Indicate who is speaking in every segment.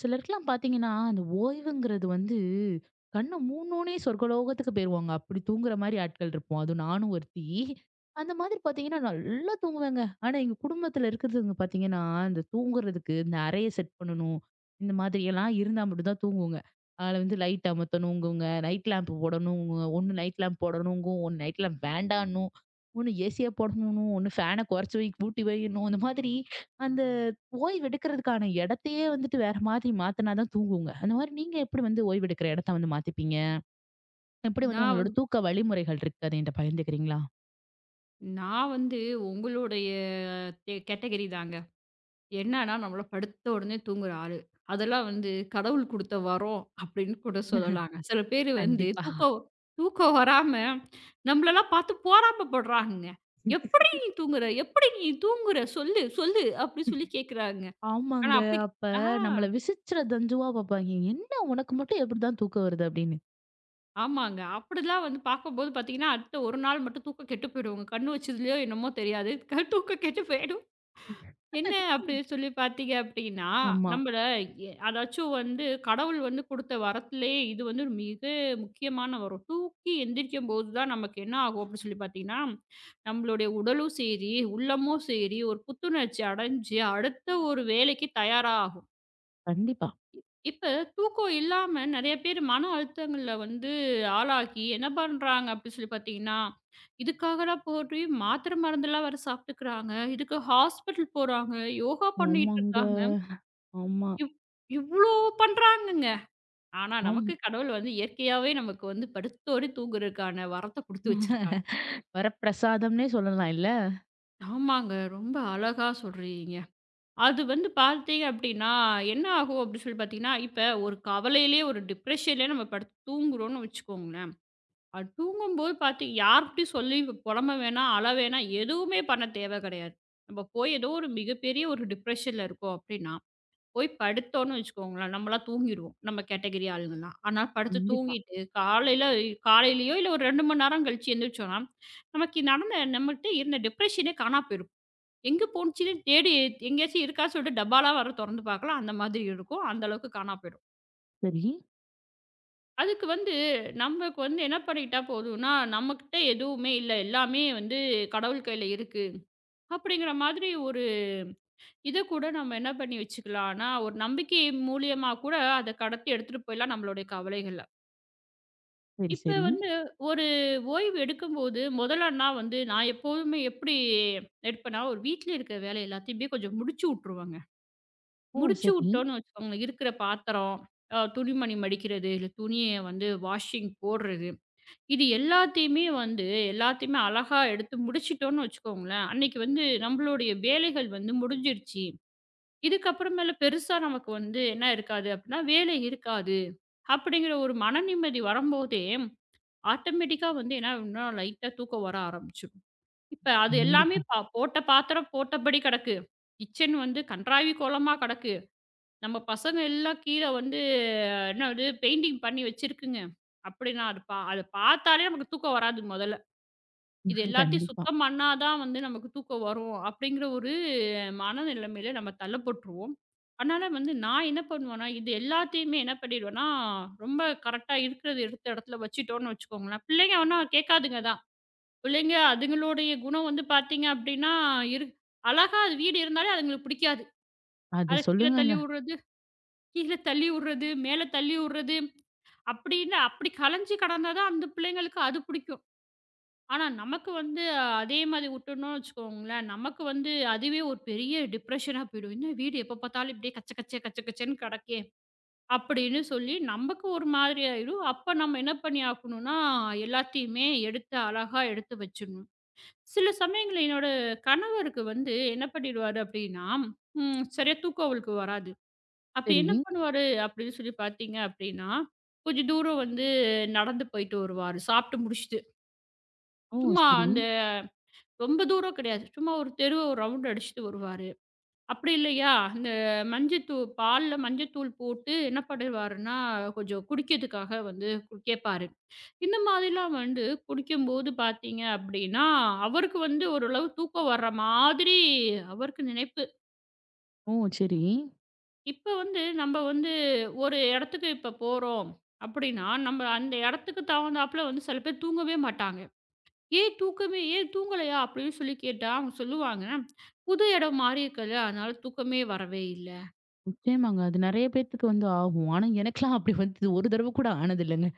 Speaker 1: சிலருக்குலாம் பாத்தீங்கன்னா, அந்த ஓய்வுங்கிறது வந்து கண்ண மூடுனோனே சொர்க்கலோகத்துக்கு போயிருவாங்க. அப்படி தூங்குற மாரி ஆட்கள் இருப்போம். அதுவும் நானும் ஒருத்தி. அந்த மாதிரி பாத்தீங்கன்னா, நல்லா தூங்குவேங்க. ஆனா, எங்க குடும்பத்துல இருக்கிறதுங்க பாத்தீங்கன்னா, இந்த தூங்குறதுக்கு இந்த அறைய செட் பண்ணணும். இந்த மாதிரியெல்லாம் இருந்தா மட்டும் தான் தூங்குங்க. அதில வந்து லைட் அமத்தணுங்குங்க, நைட் லேம்ப் போடணுங்குங்க. ஒண்ணு நைட் லேம்ப் போடணுங்கும், ஒண்ணு நைட் லேம்ப் வேண்டான்னும், ஒண்ணு ஏசிய போடணும்னும், ஒண்ணு ஃபேன கொறச்சு வை கூட்டி வைன்னும். இந்த மாதிரி அந்த ஓய்வெடுக்கிறதுக்கான இடத்தையே வந்துட்டு வேற மாதிரி மாத்துனா தான் தூங்குங்க. அந்த மாரி நீங்க எப்படி வந்து ஓய்வெடுக்கிற இடத்த வந்து மாத்திப்பீங்க? எப்படி வந்து
Speaker 2: நான்
Speaker 1: உங்களோட
Speaker 2: வந்து
Speaker 1: தூக்க வழிமுறைகள் இருக்கு? அத என்ட்ட பகிர்ந்துக்கிறீங்களா?
Speaker 2: நான் வந்து உங்களுடைய கேட்டகரி தாங்க. என்னன்னா, நம்மலாம் படுத்த உடனே தூங்குற ஆளு. அதெல்லாம் வந்து கடவுள் குடுத்த வரம் அப்படின்னு கூட சொல்லலாங்க. சில பேரு வந்து
Speaker 1: கண்டிப்பா.
Speaker 2: தூக்கம் தூக்கம் வராம நம்மளலாம் பார்த்து போராப்பப்படுறாங்கங்க. "எப்படி நீ தூங்குற? எப்படி நீ தூங்குற? சொல்லு, சொல்லு" அப்படி சொல்லி கேட்குறாங்க. ஆனா
Speaker 1: ஆமாங்க.
Speaker 2: அப்படி
Speaker 1: அப்ப
Speaker 2: ஆ
Speaker 1: நம்மள விசிச்சுற தஞ்சுவா பாப்பாங்க. "என்ன உனக்கு மட்டும் எப்படிதான் தூக்கம் வருது?" அப்படின்னு.
Speaker 2: ஆமாங்க. அப்படிலாம் வந்து பார்க்கும்போது பார்த்தீங்கன்னா, அடுத்த ஒரு நாள் மட்டும் தூக்கம் கெட்டு போயிடுங்க. கண்ணு வச்சதுலயோ என்னமோ தெரியாது. தூக்கம் கெட்டு போயிடும். என்ன அப்படி சொல்லி பார்த்தீங்க அப்படின்னா,
Speaker 1: ஆமா.
Speaker 2: நம்மள அதாச்சும் வந்து கடவுள் வந்து குடுத்த வரத்திலேயே இது வந்து ஒரு மிக முக்கியமான வரம். தூக்கி எந்திரிக்கும்போது தான் நமக்கு என்ன ஆகும் அப்படின்னு சொல்லி பார்த்தீங்கன்னா, நம்மளுடைய உடலும் சரி, உள்ளமும் சரி ஒரு புத்துணர்ச்சி அடைஞ்சு, அடுத்த ஒரு வேலைக்கு தயாராகும்.
Speaker 1: கண்டிப்பா.
Speaker 2: இப்ப தூக்கம் இல்லாம நெறைய பேர் மன அழுத்தங்கள்ல வந்து ஆளாகி என்ன பண்றாங்க அப்படி சொல்லி பார்த்தீங்கன்னா, இதுக்காகடா போய் மாத்திரை மருந்தெல்லாம் வேற சாப்பிட்டுக்கிறாங்க. இதுக்கு ஹாஸ்பிட்டல் போறாங்க. யோகா பண்ணிட்டு
Speaker 1: ஆமாங்க.
Speaker 2: இருக்காங்க.
Speaker 1: ஆமா.
Speaker 2: இவ் இவ்ளோ பண்றாங்கங்க. ஆனா
Speaker 1: ஆம்.
Speaker 2: நமக்கு கடவுள் வந்து இயற்கையாவே நமக்கு வந்து படுத்தோடி தூங்குறதுக்கான வரத்த குடுத்து வச்சிருக்காரு.
Speaker 1: வரப்பிரசாதம்னே சொல்லலாம் இல்ல?
Speaker 2: ஆமாங்க. ரொம்ப அழகா சொல்றீங்க. அது வந்து பார்த்தீங்க அப்படின்னா, என்ன ஆகும் அப்படின்னு சொல்லி பார்த்தீங்கன்னா, இப்ப ஒரு கவலையிலேயே ஒரு டிப்ரஷன்லேயே நம்ம படுத்து தூங்குறோம்னு வச்சுக்கோங்களேன். தூங்கும்போது பார்த்து யார்கிட்டயும் சொல்லி பொலம்ப வேணாம், அழ வேணாம், எதுவுமே பண்ண தேவை கிடையாது. நம்ம போய் ஏதோ ஒரு மிகப்பெரிய ஒரு டிப்ரஷன்ல இருக்கோம் அப்படின்னா, போய் படுத்தோம்னு வச்சுக்கோங்களேன், நம்மலாம் தூங்கிருவோம். நம்ம கேட்டகரி ஆளுங்கலாம். ஆனா படுத்து
Speaker 1: கண்டிப்பா.
Speaker 2: தூங்கிட்டு காலையிலயோ இல்ல ஒரு 2 மணி நேரம் கழிச்சு எந்திரிச்சோம்னா, நமக்கு நடந்த நம்மகிட்ட இருந்த டிப்ரஷனே காணா போயிருக்கும். எங்க போணுச்சுன்னு தேடி எங்கேயாச்சும் இருக்கா சொல்லிட்டு டப்பாலாம் வேற தொறந்து பார்க்கலாம். அந்த மாதிரி இருக்கும். அந்த அளவுக்கு காணா போயிடும்.
Speaker 1: சரி,
Speaker 2: அதுக்கு வந்து நமக்கு வந்து என்ன பண்ணிக்கிட்டா போதும்னா, நம்மகிட்ட எதுவுமே இல்ல. எல்லாமே வந்து கடவுள் கையில இருக்கு. அப்படிங்கிற மாதிரி இத கூட நம்ம என்ன பண்ணி வச்சுக்கலாம்னா, ஒரு நம்பிக்கை மூலியமா கூட அத கடத்தி எடுத்துட்டு போயிடலாம் நம்மளுடைய கவலைகள.
Speaker 1: சரி,
Speaker 2: இப்ப
Speaker 1: சரி.
Speaker 2: வந்து ஒரு ஓய்வு எடுக்கும்போது முதலன்னா வந்து நான் எப்போதுமே எப்படி எடுப்பேன்னா, ஒரு வீட்ல இருக்கிற வேலை எல்லாத்தையுமே கொஞ்சம் முடிச்சு விட்டுருவேங்க.
Speaker 1: ஓ!
Speaker 2: முடிச்சு
Speaker 1: சரி.
Speaker 2: விட்டோம்னு வச்சுக்கோங்களேன், இருக்கிற பாத்திரம், துணிமணி மடிக்கிறது, இல்ல துணிய வந்து வாஷிங் போடுறது இது எல்லாத்தையுமே வந்து எல்லாத்தையுமே அழகா எடுத்து முடிச்சுட்டோம்னு வச்சுக்கோங்களேன். அன்னைக்கு வந்து நம்மளுடைய வேலைகள் வந்து முடிஞ்சிருச்சு. இதுக்கப்புறமேல பெருசா நமக்கு வந்து என்ன இருக்காது அப்டின்னா, வேலை இருக்காது. அப்படிங்கிற ஒரு மனநிம்மதி வரும்போதே, ஆட்டோமேட்டிக்கா வந்து என்ன ஆகும்னா, லைட்டா தூக்கம் வர ஆரம்பிச்சுரும். இப்ப அது எல்லாமே
Speaker 1: கண்டிப்பா.
Speaker 2: போட்ட பாத்திரம் போட்டபடி கிடக்கு. கிச்சன் வந்து கண்றாவி கோலமா கிடக்கு. நம்ம பசங்க எல்லாம் கீழ வந்து என்னது பெயிண்டிங் பண்ணி வச்சிருக்குங்க. அப்படின்னா, அது பா அத பாத்தாலே நமக்கு தூக்கம் வராது மொதல்ல. இது எல்லாத்தையும்
Speaker 1: கண்டிப்பா.
Speaker 2: சுத்தம் பண்ணா தான் வந்து நமக்கு தூக்கம் வரும் அப்படிங்கிற ஒரு மனநிலைமையில நம்ம தள்ளப்பட்டுருவோம். அதனால வந்து நான் என்ன பண்ணுவேன்னா, இது எல்லாத்தையுமே என்ன பண்ணிடுவேன்னா, ரொம்ப கரெக்ட்டா இருக்கிறது எடுத்த இடத்துல வச்சுட்டோம்னு வச்சுக்கோங்களேன். பிள்ளைங்க ஒண்ணும் கேட்காதுங்க தான். பிள்ளைங்க அதுங்களுடைய குணம் வந்து பார்த்தீங்க அப்படின்னா, இரு அழகா அது வீடு இருந்தாலே அதுங்களுக்கு பிடிக்காது.
Speaker 1: அது
Speaker 2: அத கீழ தள்ளி
Speaker 1: சொல்லுங்கங்க.
Speaker 2: விடுறது, கீழ தள்ளி விடுறது, மேல தள்ளி விடுறது அப்படின்னு அப்படி கலைஞ்சு கடந்தா தான் அந்த பிள்ளைங்களுக்கு அது பிடிக்கும். ஆனா, நமக்கு வந்து அதே மாரி விட்டோம்னு வச்சுக்கோங்களேன், நமக்கு வந்து அதுவே ஒரு பெரிய டிப்ரஷனா போயிடும். "என்ன வீடு எப்ப பார்த்தாலும் இப்படியே கச்ச கச்ச கச்ச கச்சன்னு கிடக்கே!" அப்படின்னு சொல்லி நமக்கு ஒரு மாதிரி ஆயிடும். அப்ப நம்ம என்ன பண்ணி ஆக்கணும்னா, எல்லாத்தையுமே எடுத்து அழகா எடுத்து வச்சுடணும். சில சமயங்கள்ல என்னோட கணவருக்கு வந்து என்ன பண்ணிடுவாரு அப்படின்னா, சரியா தூக்கம் அவருக்கு வராது. அப்ப என்ன
Speaker 1: சரி.
Speaker 2: பண்ணுவாரு அப்படின்னு சொல்லி பார்த்தீங்க அப்படின்னா, கொஞ்சம் தூரம் வந்து நடந்து போயிட்டு வருவாரு, சாப்பிட்டு முடிச்சுட்டு.
Speaker 1: ஓ!
Speaker 2: சும்மா
Speaker 1: சரி.
Speaker 2: அந்த ரொம்ப தூரம் கிடையாது. சும்மா ஒரு தெருவ ஒரு ரவுண்ட் அடிச்சுட்டு வருவாரு. அப்படி இல்லையா, இந்த மஞ்சத்தூள் பால்ல மஞ்சத்தூள் போட்டு என்ன பண்ணிருவாருன்னா, கொஞ்சம் குடிக்கிறதுக்காக வந்து கேட்பாரு. இந்த மாதிரிலாம் வந்து குடிக்கும்போது பார்த்தீங்க அப்படின்னா, அவருக்கு வந்து ஓரளவு தூக்கம் வர்ற மாதிரி அவருக்கு நினைப்பு.
Speaker 1: ஓ! சரி.
Speaker 2: இப்ப வந்து நம்ம வந்து ஒரு இடத்துக்கு இப்ப போறோம் அப்படின்னா, நம்ம அந்த இடத்துக்கு தகுந்தாப்புல வந்து சில பேர் தூங்கவே மாட்டாங்க. "ஏன் தூக்கமே ஏன் தூங்கலையா?" அப்படின்னு சொல்லி கேட்டா, அவங்க சொல்லுவாங்க, "புது இடம் மாறி இருக்குல்ல, அதனால தூக்கமே வரவே இல்ல."
Speaker 1: நிச்சயமாங்க. அது நெறைய பேத்துக்கு வந்து ஆகும். ஆனா எனக்கெல்லாம் அப்படி வந்து இது ஒரு தடவ கூட ஆனதில்லங்க.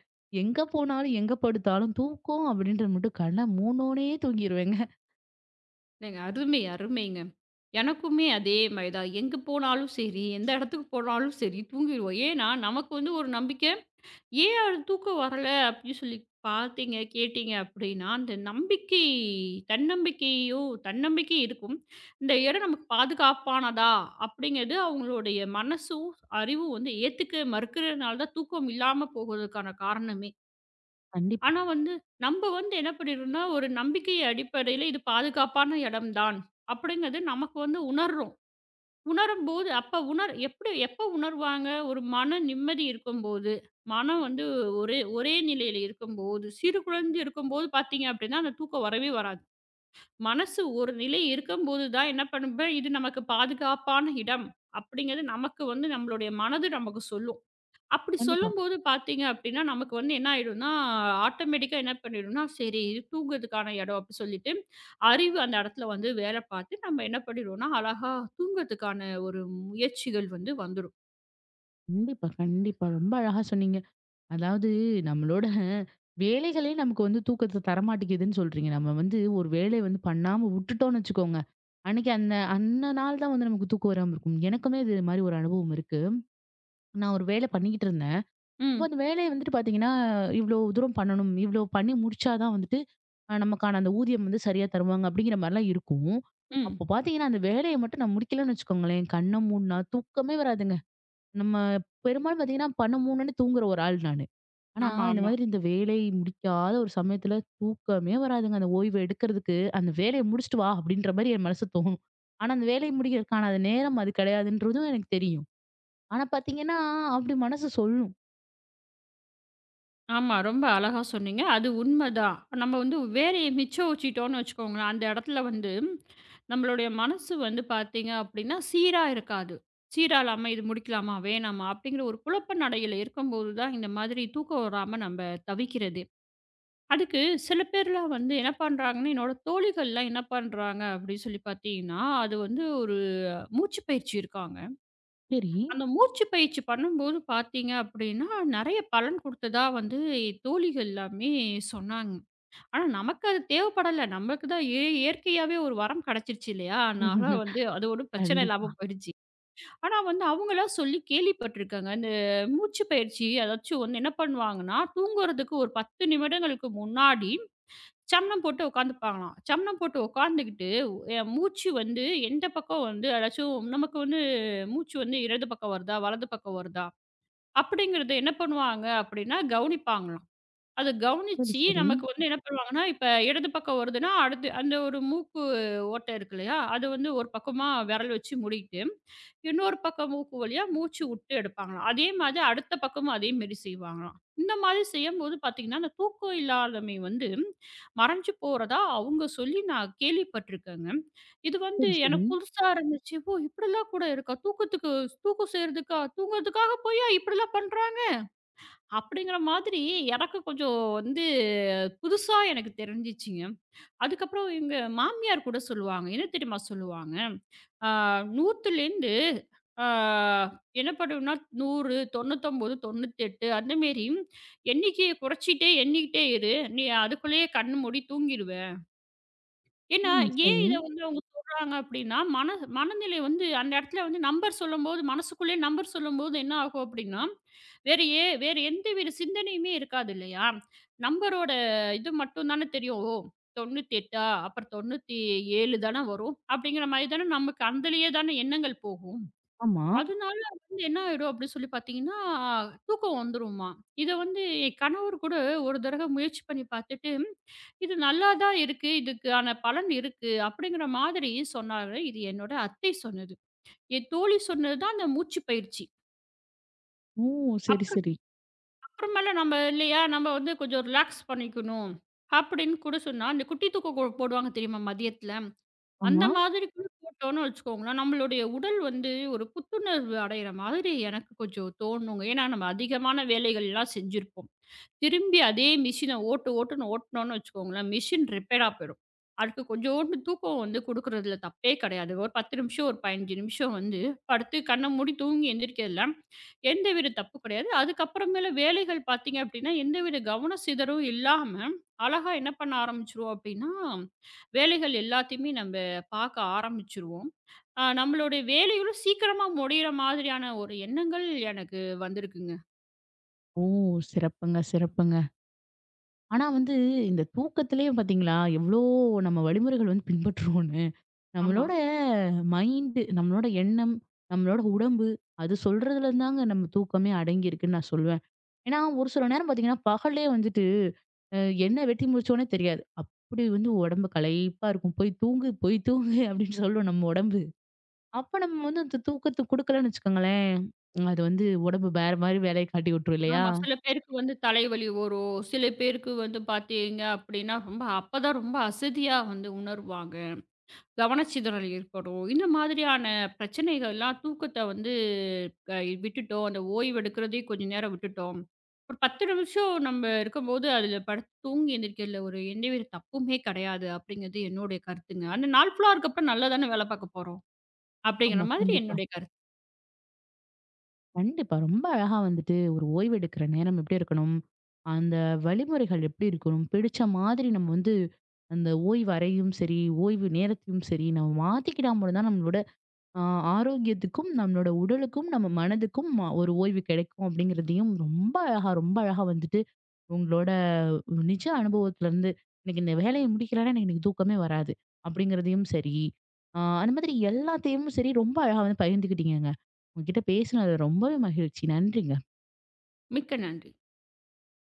Speaker 1: எங்க போனாலும், எங்க படுத்தாலும் தூக்கம் அப்படின்றது மட்டும் கண்ண மூடுனோனே தூங்கிருவேங்க.
Speaker 2: ஏங்க அருமை, அருமைங்க. எனக்குமே அதே மாரி தான். எங்க போனாலும் சரி, எந்த இடத்துக்கு போனாலும் சரி, தூங்கிருவோம். ஏன்னா, நமக்கு வந்து ஒரு நம்பிக்கை ஏன் அது தூக்கம் வரல அப்படின்னு சொல்லி பார்த்தீங்க, கேட்டீங்க அப்படின்னா, அந்த நம்பிக்கை தன்னம்பிக்கையோ தன்னம்பிக்கை இருக்கும். இந்த இடம் நமக்கு பாதுகாப்பானதா அப்படிங்கிறது அவங்களுடைய மனசும், அறிவும் வந்து ஏத்துக்க மறுக்கிறதுனால தான் தூக்கம் இல்லாம போகுறதுக்கான காரணமே.
Speaker 1: கண்டிப்பா,
Speaker 2: ஆனா வந்து நம்ம வந்து என்ன பண்ணிடுறோம்னா, ஒரு நம்பிக்கை அடிப்படையில இது பாதுகாப்பான இடம் தான் அப்படிங்கிறது நமக்கு வந்து உணர்றோம். உணரும்போது அப்ப உணர் எப்படி எப்ப உணர்வாங்க? ஒரு மன நிம்மதி இருக்கும்போது, மனம் வந்து ஒரே ஒரே நிலையில இருக்கும்போது, சிறு குழந்தை இருக்கும்போது பார்த்தீங்க அப்படின்னா, அந்த தூக்கம் வரவே வராது. மனசு ஒரு நிலை இருக்கும்போது தான் என்ன பண்ணுவேன், இது நமக்கு பாதுகாப்பான இடம் அப்படிங்கிறது நமக்கு வந்து நம்மளுடைய மனது நமக்கு சொல்லும். அப்படி
Speaker 1: கண்டிப்பா.
Speaker 2: சொல்லும்போது பார்த்தீங்க அப்படின்னா, நமக்கு வந்து என்ன ஆயிடும்னா, ஆட்டோமேட்டிக்கா என்ன பண்ணிடும்னா, சரி இது தூங்குறதுக்கான இடம் அப்படி சொல்லிட்டு, அறிவு அந்த இடத்துல வந்து வேலை பார்த்து நம்ம என்ன பண்ணிடுவோம்னா, அழகா தூங்குறதுக்கான ஒரு முயற்சிகள் வந்து வந்துரும்.
Speaker 1: கண்டிப்பா, கண்டிப்பா. ரொம்ப அழகா சொன்னீங்க. அதாவது நம்மளோட வேலைகளே நமக்கு வந்து தூக்கத்த தரமாட்டேங்குதுன்னு சொல்றீங்க. நம்ம வந்து ஒரு வேலைய வந்து பண்ணாம விட்டுட்டோம்னு வச்சுக்கோங்க, அன்னைக்கு அந்த அந்த நாள் தான் வந்து நமக்கு தூக்கம் வராம இருக்கும். எனக்குமே இது மாரி ஒரு அனுபவம் இருக்கு. நான் ஒரு வேலை பண்ணிக்கிட்டு இருந்தேன். அப்ப
Speaker 2: ம்,
Speaker 1: அந்த வேலைய வந்துட்டு பார்த்தீங்கன்னா, இவ்ளோ தூரம் பண்ணணும். இவ்ளோ பண்ணி முடிச்சா தான் வந்துட்டு, நமக்கான அந்த ஊதியம் வந்து சரியா தருவாங்க. அப்படிங்கிற மாரிலாம் இருக்கும்.
Speaker 2: ம்.
Speaker 1: அப்போ பார்த்தீங்கன்னா, அந்த வேலைய மட்டும் நான் முடிக்கலன்னு வச்சுக்கோங்களேன், கண்ண மூடுனா தூக்கமே வராதுங்க. நம்ம பெரும்பாலும் பார்த்தீங்கன்னா, பண்ண மூடுனோனே தூங்குற ஒரு ஆள் நானு. ஆனா,
Speaker 2: ஆமா,
Speaker 1: இந்த
Speaker 2: ஆமா.
Speaker 1: மாதிரி இந்த வேலை முடிக்காத ஒரு சமயத்துல தூக்கமே வராதுங்க. அந்த ஓய்வு எடுக்கிறதுக்கு, அந்த வேலைய முடிச்சுட்டு வா அப்படின்ற மாரி என் மனசு தோணும். ஆனா, அந்த வேலைய முடிக்கிறதுக்கான அது நேரம் அது கிடையாதுன்றதும் எனக்கு தெரியும். ஆனா பார்த்தீங்கன்னா, அப்படி மனசு சொல்லும்.
Speaker 2: ஆமா. ரொம்ப அழகா சொன்னீங்க. அது உண்மதான். நம்ம வந்து வேலைய மிச்சம் வச்சுட்டோம்னு வச்சுக்கோங்களேன், அந்த இடத்துல வந்து நம்மளுடைய மனசு வந்து பார்த்தீங்க அப்படின்னா, சீரா இருக்காது. சீரா இல்லாம இது முடிக்கலாமா? வேணாமா? அப்படிங்கிற ஒரு குழப்ப நடையில இருக்கும்போது தான் இந்த மாதிரி தூக்கம் வராம நம்ம தவிக்கிறதே. அதுக்கு சில பேர்லாம் வந்து என்ன பண்றாங்கன்னா, என்னோட தோழிகள்லாம் என்ன பண்றாங்க அப்படின்னு சொல்லி பார்த்தீங்கன்னா, அது வந்து ஒரு மூச்சு பயிற்சி இருக்காங்க.
Speaker 1: சரி
Speaker 2: அந்த மூச்சு பயிற்சி பண்ணும்போது பார்த்தீங்க அப்படின்னா, நெறைய பலன் குடுத்ததா வந்து தோழிகள் எல்லாமே சொன்னாங்க. ஆனா நமக்கு அது தேவைப்படல. நமக்கு தான் இயற்கையாவே ஒரு வரம் கெடைச்சிருச்சு இல்லையா? அதனால வந்து அது ஒண்ணும் பிரச்சனை
Speaker 1: கண்டிப்பா.
Speaker 2: இல்லாம போயிடுச்சு. ஆனா வந்து அவங்களா சொல்லி கேள்விப்பட்டுருக்காங்க. இந்த மூச்சு பயிற்சி அதாச்சும் வந்து என்ன பண்ணுவாங்கன்னா, தூங்குறதுக்கு ஒரு 10 நிமிடங்களுக்கு முன்னாடி சமணம் போட்டு உட்காந்துப்பாங்களாம். சமணம் போட்டு உட்காந்துக்கிட்டு, என் மூச்சு வந்து எந்த பக்கம் வந்து அதாச்சும் நமக்கு வந்து மூச்சு வந்து இடது பக்கம் வருதா, வலது பக்கம் வருதா, அப்படிங்கிறத என்ன பண்ணுவாங்க அப்படின்னா கவனிப்பாங்களாம். அத
Speaker 1: சரி,
Speaker 2: கவனிச்சு
Speaker 1: சரி.
Speaker 2: நமக்கு வந்து என்ன பண்ணுவாங்கன்னா, இப்ப இடது பக்கம் வருதுன்னா, அடுத்து அந்த ஒரு மூக்கு ஓட்டை இருக்கு இல்லையா? அது வந்து ஒரு பக்கமா விரல் வச்சு மூடிக்கிட்டு இன்னொரு பக்கம் மூக்கு வழியா மூச்சு விட்டு எடுப்பாங்களாம். அதே மாதிரி அடுத்த பக்கமும் அதே மாரி செய்வாங்களாம். இந்த மாதிரி செய்யும்போது பார்த்தீங்கன்னா, அந்த தூக்கம் இல்லாதமை வந்து மறைஞ்சு போறதா அவங்க சொல்லி நான் கேள்விப்பட்டுருக்கேங்க. இது வந்து
Speaker 1: சரி, சரி.
Speaker 2: எனக்கு புதுசா இருந்துச்சு. ஓ! இப்படிலாம் கூட இருக்கா? தூக்கத்துக்கு தூக்கம் செய்றதுக்கா? தூங்குறதுக்காக போயா இப்படிலாம் பண்றாங்க? அப்படிங்கிற மாதிரி எனக்கு கொஞ்சம் வந்து புதுசா எனக்கு தெரிஞ்சுச்சுங்க. அதுக்கப்புறம் எங்க மாமியார் கூட சொல்லுவாங்க. என்ன தெரியுமா சொல்லுவாங்க? ஆ 100லேருந்து ஆ என்ன பண்ணுவேன்னா 100, 99, 98 அந்த மேரி எண்ணிக்கைய எண்ணிக்கிட்டே இரு. நீ அதுக்குள்ளேயே கண்ண மூடி தூங்கிருவ. ஏன்னா,
Speaker 1: ம்.
Speaker 2: ஏன்
Speaker 1: சரி.
Speaker 2: இத வந்து அவங்க சொல்றாங்க அப்படின்னா, மனநிலை வந்து அந்த இடத்துல வந்து நம்பர் சொல்லும்போது மனசுக்குள்ளேயே நம்பர் சொல்லும்போது என்ன ஆகும் அப்படின்னா, வேற எந்தவித சிந்தனையுமே இருக்காது இல்லையா? நம்பரோட இது மட்டும் தானே தெரியும். ஓ! 98 அப்புறம் 97 தான வரும். அப்படிங்கிற மாரி தானே நமக்கு அதிலேயே தானே எண்ணங்கள் போகும்.
Speaker 1: ஆமா.
Speaker 2: அதனால வந்து என்ன ஆயிடும் அப்படி சொல்லி பார்த்தீங்கன்னா, தூக்கம் வந்துருமாம். இத வந்து என் கணவர் கூட ஒரு தடவ முயற்சி பண்ணி பார்த்துட்டு, "இது நல்லா தான் இருக்கு. இதுக்கான பலன் இருக்கு." அப்படிங்கிற மாதிரி சொன்னாரு. இது என்னோட அத்தை சொன்னது. என் தோழி சொன்னது தான் அந்த மூச்சு பயிற்சி.
Speaker 1: ஓ! சரி,
Speaker 2: அப்புறம்
Speaker 1: சரி.
Speaker 2: அப்புறமேல நம்ம இல்லையா, நம்ம வந்து கொஞ்சம் ரிலாக்ஸ் பண்ணிக்கணும் அப்படின்னு கூட சொன்னா, அந்த குட்டி தூக்கம் கோ போடுவாங்க தெரியுமா மதியத்தில? அந்த
Speaker 1: ஆமா.
Speaker 2: மாதிரி கூட போட்டோம்னு வச்சுக்கோங்களேன், நம்மளுடைய உடல் வந்து ஒரு புத்துணர்வு அடையிற மாதிரி எனக்கு கொஞ்சம் தோணுங்க. ஏன்னா நம்ம அதிகமான வேலைகள்லாம் செஞ்சிருப்போம். திரும்பி அதே மிஷின ஓட்டு ஓட்டுன்னு ஓட்டுனோம்னு வச்சுக்கோங்களேன், மிஷின் ரிப்பேரா போயிடும். அதுக்கு கொஞ்சோண்டு தூக்கம் வந்து குடுக்குறதுல தப்பே கிடையாது. ஒரு 10 நிமிஷம், ஒரு 15 நிமிஷம் வந்து படுத்து கண்ண மூடி தூங்கி எந்திரிக்கிறதுல எந்தவித தப்பு கிடையாது. அதுக்கப்புறமேல வேலைகள் பார்த்தீங்க அப்படின்னா, எந்தவித கவன சிதறும் இல்லாம அழகா என்ன பண்ண ஆரம்பிச்சுருவோம் அப்படின்னா, வேலைகள் எல்லாத்தையுமே நம்ப பார்க்க ஆரம்பிச்சுருவோம். நம்மளுடைய வேலைகளும் சீக்கிரமா முடியிற மாதிரியான ஒரு எண்ணங்கள் எனக்கு வந்திருக்குங்க.
Speaker 1: ஓ! சிறப்புங்க, சிறப்புங்க. ஆனா வந்து இந்த தூக்கத்திலேயே பார்த்தீங்களா, எவ்ளோ நம்ம வழிமுறைகள் வந்து பின்பற்றுவோம்னு.
Speaker 2: ஆமா,
Speaker 1: நம்மளோட மைண்டு, நம்மளோட எண்ணம், நம்மளோட உடம்பு அது சொல்றதுல தாங்க நம்ம தூக்கமே அடங்கியிருக்குன்னு நான் சொல்லுவேன். ஏன்னா, ஒரு சில நேரம் பார்த்தீங்கன்னா, பகல்லே வந்துட்டு அ என்ன வெட்டி முடிச்சோன்னே தெரியாது. அப்படி வந்து உடம்பு களைப்பா இருக்கும். "போய் தூங்கு, போய் தூங்கு" அப்படின்னு சொல்லும் நம்ம உடம்பு. அப்ப நம்ம வந்து அந்த தூக்கத்த குடுக்கலன்னு வச்சுக்கோங்களேன், அது வந்து உடம்பு வேற மாரி வேலைய காட்டி விட்டுரும் இல்லையா?
Speaker 2: ஆமா. சில பேருக்கு வந்து தலைவலி வரும். சில பேருக்கு வந்து பார்த்தீங்க அப்டின்னா, ரொம்ப அசதியா வந்து உணருவாங்க. கவனச்சிதறல் ஏற்படும். இந்த மாதிரியான பிரச்சனைகள்லாம் தூக்கத்த வந்து க விட்டுட்டோம். அந்த ஓய்வு எடுக்கிறதே கொஞ்ச நேரம் விட்டுட்டோம். ஒரு 10 நிமிஷம் நம்ம இருக்கும்போது அதில படுத்து தூங்கி எந்திரிக்கிறதுல ஒரு எந்தவித தப்புமே கிடையாது அப்படிங்கிறது என்னுடைய கருத்துங்க. அந்த நாள் ஃபுல்லா இருக்கப்ப நல்லா தானே வேலை பார்க்க போறோம். அப்படிங்கிற
Speaker 1: ஆமா,
Speaker 2: மாதிரி
Speaker 1: கண்டிப்பா.
Speaker 2: என்னுடைய கருத்து.
Speaker 1: கண்டிப்பா. ரொம்ப அழகா வந்துட்டு ஒரு ஓய்வெடுக்கிற நேரம் எப்படி இருக்கணும்? அந்த வழிமுறைகள் எப்படி இருக்கணும்? பிடிச்ச மாதிரி நம்ம வந்து அந்த ஓய்வு அறையும் சரி, ஓய்வு நேரத்தையும் சரி, நம்ம மாத்திக்கிட்டா மட்டும் தான் நம்மளோட அ ஆரோக்கியத்துக்கும், நம்மளோட உடலுக்கும், நம்ம மனதுக்கும் ஒரு ஓய்வு கிடைக்கும் அப்படிங்கிறதையும் ரொம்ப அழகா, ரொம்ப அழகா வந்துட்டு உங்களோட நிஜ அனுபவத்துலருந்து, எனக்கு இந்த வேலைய முடிக்கலன்னா எனக்கு இன்னைக்கு தூக்கமே வராது. அப்படிங்கிறதையும் சரி, அந்த மாதிரி எல்லாத்தையும் சரி ரொம்ப அழகா வந்து பகிர்ந்துக்கிட்டீங்கங்க. உங்ககிட்ட பேசினது ரொம்பவே மகிழ்ச்சி. நன்றிங்க.
Speaker 2: மிக்க நன்றி.